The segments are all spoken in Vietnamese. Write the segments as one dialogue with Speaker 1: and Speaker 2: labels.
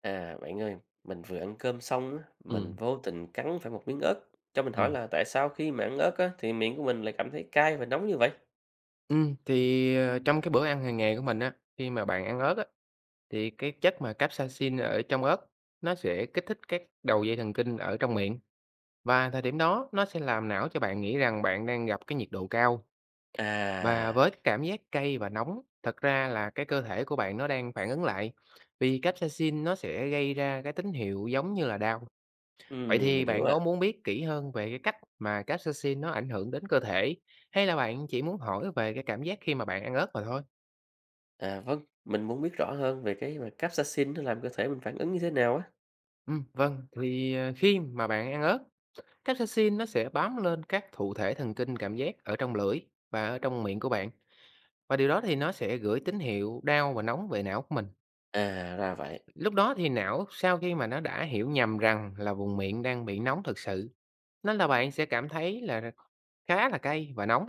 Speaker 1: À, bạn ơi, mình vừa ăn cơm xong á,
Speaker 2: Ừ,
Speaker 1: mình vô tình cắn phải một miếng ớt. Cho mình hỏi
Speaker 2: ừm.
Speaker 1: là tại sao khi mà ăn ớt á, thì miệng của mình lại cảm thấy cay và nóng như vậy?
Speaker 2: Thì, trong cái bữa ăn hàng ngày của mình á, khi mà bạn ăn ớt á, thì cái chất mà capsaicin ở trong ớt nó sẽ kích thích các đầu dây thần kinh ở trong miệng, và thời điểm đó nó sẽ làm não cho bạn nghĩ rằng bạn đang gặp cái nhiệt độ cao. Và
Speaker 1: À,
Speaker 2: với cái cảm giác cay và nóng, thật ra là cái cơ thể của bạn nó đang phản ứng lại, vì capsaicin nó sẽ gây ra cái tín hiệu giống như là đau. Vậy thì
Speaker 1: mình hiểu
Speaker 2: bạn có
Speaker 1: rồi.
Speaker 2: muốn biết kỹ hơn về cái cách mà capsaicin nó ảnh hưởng đến cơ thể, hay là bạn chỉ muốn hỏi về cái cảm giác khi mà bạn ăn ớt mà thôi?
Speaker 1: À, vâng, mình muốn biết rõ hơn về cái mà capsaicin nó làm cơ thể mình phản ứng như thế nào á.
Speaker 2: Vâng, thì, khi mà bạn ăn ớt, capsaicin nó sẽ bám lên các thụ thể thần kinh cảm giác ở trong lưỡi và ở trong miệng của bạn, và điều đó thì nó sẽ gửi tín hiệu đau và nóng về não của mình.
Speaker 1: À, ra vậy.
Speaker 2: Lúc đó thì não sau khi mà nó đã hiểu nhầm rằng là vùng miệng đang bị nóng thực sự, nên là bạn sẽ cảm thấy là khá là cay và nóng.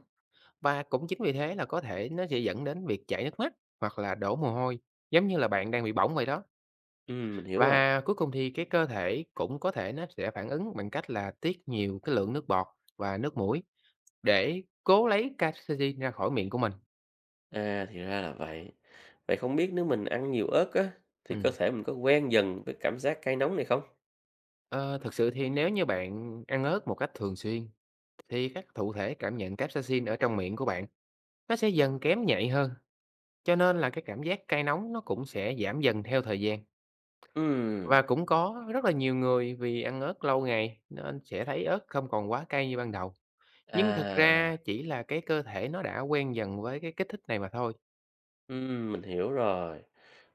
Speaker 2: Và cũng chính vì thế là có thể nó sẽ dẫn đến việc chảy nước mắt hoặc là đổ mồ hôi, giống như là bạn đang bị bỏng vậy đó.
Speaker 1: Mình hiểu rồi.
Speaker 2: Và cuối cùng thì cái cơ thể cũng có thể nó sẽ phản ứng bằng cách là tiết nhiều cái lượng nước bọt và nước mũi để cố lấy canxi ra khỏi miệng của mình.
Speaker 1: À, thì ra là vậy. Vậy không biết nếu mình ăn nhiều ớt á, thì cơ
Speaker 2: Ừm,
Speaker 1: thể mình có quen dần với cảm giác cay nóng này không?
Speaker 2: ờ, thực sự thì nếu như bạn ăn ớt một cách thường xuyên thì các thụ thể cảm nhận capsaicin ở trong miệng của bạn nó sẽ dần kém nhạy hơn, cho nên là cái cảm giác cay nóng nó cũng sẽ giảm dần theo thời gian.
Speaker 1: Ừm,
Speaker 2: Và cũng có rất là nhiều người vì ăn ớt lâu ngày nên sẽ thấy ớt không còn quá cay như ban đầu. Nhưng thực ra
Speaker 1: à...
Speaker 2: chỉ là cái cơ thể nó đã quen dần với cái kích thích này mà thôi.
Speaker 1: Mình hiểu rồi.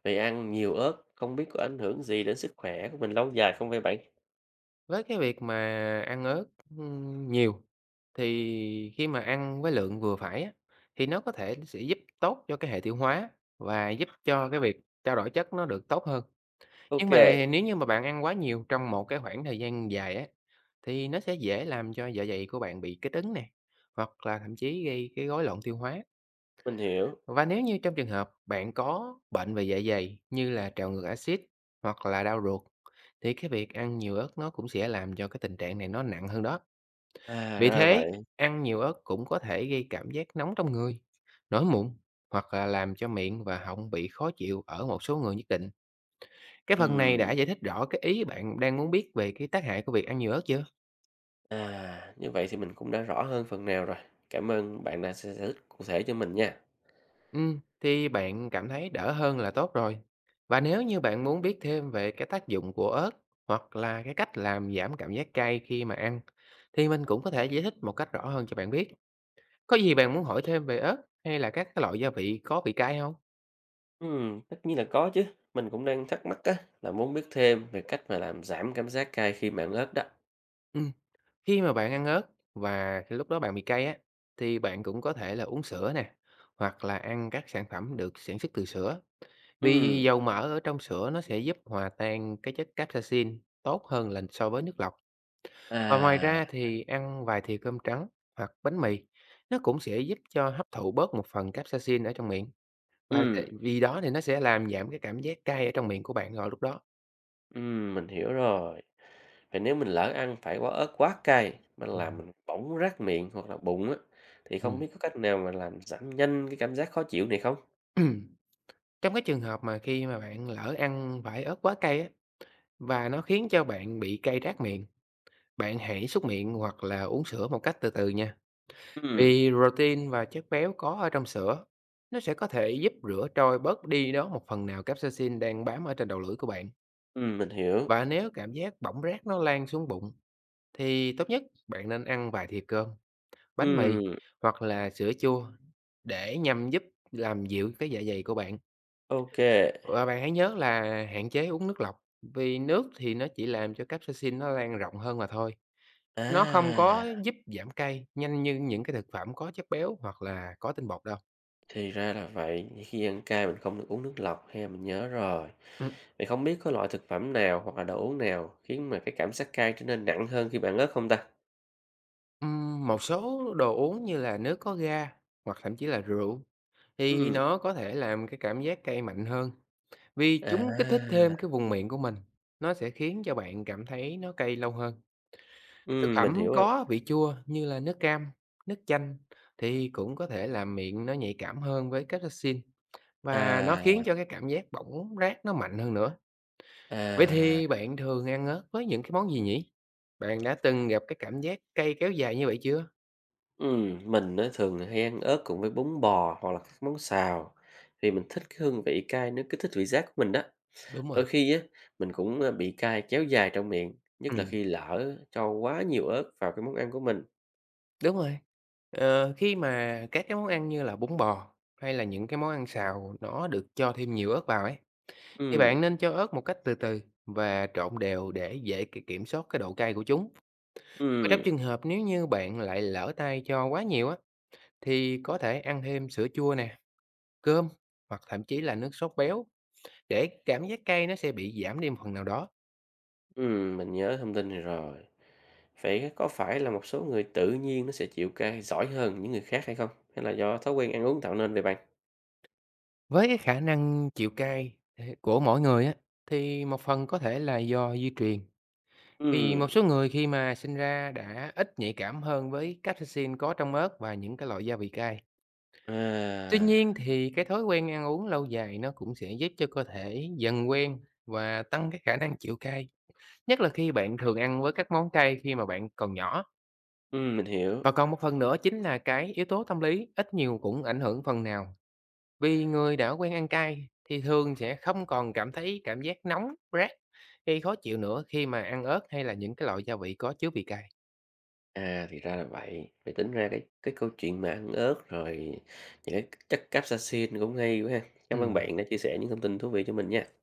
Speaker 1: Vậy ăn nhiều ớt không biết có ảnh hưởng gì đến sức khỏe của mình lâu dài không vậy bạn?
Speaker 2: Với cái việc mà ăn ớt, nhiều thì khi mà ăn với lượng vừa phải á, thì nó có thể sẽ giúp tốt cho cái hệ tiêu hóa và giúp cho cái việc trao đổi chất nó được tốt hơn. Nhưng
Speaker 1: Ok,
Speaker 2: mà nếu như mà bạn ăn quá nhiều trong một cái khoảng thời gian dài á, thì nó sẽ dễ làm cho dạ dày của bạn bị kích ứng nè, hoặc là thậm chí gây cái rối loạn tiêu hóa.
Speaker 1: mình hiểu.
Speaker 2: Và nếu như trong trường hợp bạn có bệnh về dạ dày như là trào ngược axit hoặc là đau ruột, thì cái việc ăn nhiều ớt nó cũng sẽ làm cho cái tình trạng này nó nặng hơn đó.
Speaker 1: À,
Speaker 2: Vì
Speaker 1: ra
Speaker 2: thế,
Speaker 1: vậy.
Speaker 2: ăn nhiều ớt cũng có thể gây cảm giác nóng trong người, nổi mụn hoặc là làm cho miệng và họng bị khó chịu ở một số người nhất định. Cái phần này
Speaker 1: Ừm,
Speaker 2: đã giải thích rõ cái ý bạn đang muốn biết về cái tác hại của việc ăn nhiều ớt chưa?
Speaker 1: à, như vậy thì mình cũng đã rõ hơn phần nào rồi. Cảm ơn bạn đã sẽ giải thích cụ thể cho mình nha.
Speaker 2: Thì bạn cảm thấy đỡ hơn là tốt rồi. Và nếu như bạn muốn biết thêm về cái tác dụng của ớt hoặc là cái cách làm giảm cảm giác cay khi mà ăn, thì mình cũng có thể giải thích một cách rõ hơn cho bạn biết. Có gì bạn muốn hỏi thêm về ớt hay là các cái loại gia vị có vị cay không?
Speaker 1: Tất nhiên là có chứ. Mình cũng đang thắc mắc á, là muốn biết thêm về cách mà làm giảm cảm giác cay khi mà ăn ớt đó.
Speaker 2: Ừm, khi mà bạn ăn ớt và khi lúc đó bạn bị cay á, thì bạn cũng có thể là uống sữa nè, hoặc là ăn các sản phẩm được sản xuất từ sữa. Vì
Speaker 1: Ừm,
Speaker 2: dầu mỡ ở trong sữa nó sẽ giúp hòa tan cái chất capsaicin tốt hơn là so với nước lọc. Và ngoài
Speaker 1: à,
Speaker 2: ra thì ăn vài thìa cơm trắng hoặc bánh mì nó cũng sẽ giúp cho hấp thụ bớt một phần capsaicin ở trong miệng. Và
Speaker 1: ừm.
Speaker 2: sẽ- vì đó thì nó sẽ làm giảm cái cảm giác cay ở trong miệng của bạn vào lúc đó.
Speaker 1: Mình hiểu rồi. Vậy nếu mình lỡ ăn phải quả ớt quá cay mà làm
Speaker 2: Ừm,
Speaker 1: mình bỏng rát miệng hoặc là bụng á, thì không
Speaker 2: ừm.
Speaker 1: biết có cách nào mà làm giảm nhanh cái cảm giác khó chịu này không?
Speaker 2: Trong cái trường hợp mà khi mà bạn lỡ ăn vải ớt quá cay á, và nó khiến cho bạn bị cay rát miệng, bạn hãy súc miệng hoặc là uống sữa một cách từ từ nha.
Speaker 1: Ừm,
Speaker 2: Vì protein và chất béo có ở trong sữa, nó sẽ có thể giúp rửa trôi bớt đi đó một phần nào capsaicin đang bám ở trên đầu lưỡi của bạn.
Speaker 1: mình hiểu.
Speaker 2: Và nếu cảm giác bỏng rát nó lan xuống bụng, thì tốt nhất bạn nên ăn vài thìa cơm, bánh mì
Speaker 1: Ừm,
Speaker 2: hoặc là sữa chua để nhằm giúp làm dịu cái dạ dày của bạn.
Speaker 1: ô
Speaker 2: Và bạn hãy nhớ là hạn chế uống nước lọc, vì nước thì nó chỉ làm cho capsaicin nó lan rộng hơn mà thôi. Nó không
Speaker 1: À,
Speaker 2: có giúp giảm cay nhanh như những cái thực phẩm có chất béo hoặc là có tinh bột đâu.
Speaker 1: thì ra là vậy, vậy khi ăn cay mình không được uống nước lọc ha, mình nhớ rồi. Vậy không biết có loại thực phẩm nào hoặc là đồ uống nào khiến mà cái cảm giác cay trở nên nặng hơn khi bạn ớt không ta?
Speaker 2: Một số đồ uống như là nước có ga hoặc thậm chí là rượu thì
Speaker 1: Ừm.
Speaker 2: nó có thể làm cái cảm giác cay mạnh hơn vì chúng kích thích
Speaker 1: À,
Speaker 2: thêm cái vùng miệng của mình. Nó sẽ khiến cho bạn cảm thấy nó cay lâu hơn. Thực
Speaker 1: mình
Speaker 2: phẩm
Speaker 1: hiểu rồi.
Speaker 2: có vị chua như là nước cam, nước chanh thì cũng có thể làm miệng nó nhạy cảm hơn với capsaicin và nó khiến
Speaker 1: À,
Speaker 2: cho cái cảm giác bỏng rát nó mạnh hơn nữa. Vậy
Speaker 1: à.
Speaker 2: thì bạn thường ăn ớt với những cái món gì nhỉ? Bạn đã từng gặp cái cảm giác cay kéo dài như vậy chưa?
Speaker 1: Mình á thường là hay ăn ớt cùng với bún bò hoặc là các món xào, vì mình thích cái hương vị cay nó kích thích vị giác của mình đó.
Speaker 2: Đúng
Speaker 1: Đôi
Speaker 2: rồi.
Speaker 1: khi á, mình cũng, bị cay kéo dài trong miệng,
Speaker 2: Ừ.
Speaker 1: nhất là khi lỡ cho quá nhiều ớt vào cái món ăn của mình.
Speaker 2: Đúng rồi. Khi mà các cái món ăn như là bún bò hay là những cái món ăn xào nó được cho thêm nhiều ớt vào ấy, thì
Speaker 1: Ừm,
Speaker 2: bạn nên cho ớt một cách từ từ và trộn đều để dễ kiểm soát cái độ cay của chúng. Và trong
Speaker 1: ừm,
Speaker 2: trường hợp nếu như bạn lại lỡ tay cho quá nhiều á, thì có thể ăn thêm sữa chua nè, cơm hoặc thậm chí là nước sốt béo để cảm giác cay nó sẽ bị giảm đi một phần nào đó.
Speaker 1: mình nhớ thông tin này rồi. Vậy có phải là một số người tự nhiên nó sẽ chịu cay giỏi hơn những người khác hay không? Hay là do thói quen ăn uống tạo nên vậy bạn?
Speaker 2: Với cái khả năng chịu cay, của mỗi người á, thì một phần có thể là do di truyền. Vì
Speaker 1: Ừm,
Speaker 2: một số người khi mà sinh ra đã ít nhạy cảm hơn với capsaicin có trong ớt và những cái loại gia vị cay. Tuy nhiên
Speaker 1: à,
Speaker 2: thì cái thói quen ăn uống lâu dài nó cũng sẽ giúp cho cơ thể dần quen và tăng cái khả năng chịu cay. Nhất là khi bạn thường ăn với các món cay khi mà bạn còn nhỏ.
Speaker 1: mình hiểu.
Speaker 2: Và còn một phần nữa chính là cái yếu tố tâm lý ít nhiều cũng ảnh hưởng phần nào. Vì người đã quen ăn cay thì thường sẽ không còn cảm thấy cảm giác nóng, rát hay khó chịu nữa khi mà ăn ớt hay là những cái loại gia vị có chứa vị cay.
Speaker 1: À, thì ra là vậy. Vậy tính ra cái câu chuyện mà ăn ớt rồi những cái chất capsaicin cũng hay quá ha.
Speaker 2: Ừ.
Speaker 1: Cảm ơn bạn đã chia sẻ những thông tin thú vị cho mình nha.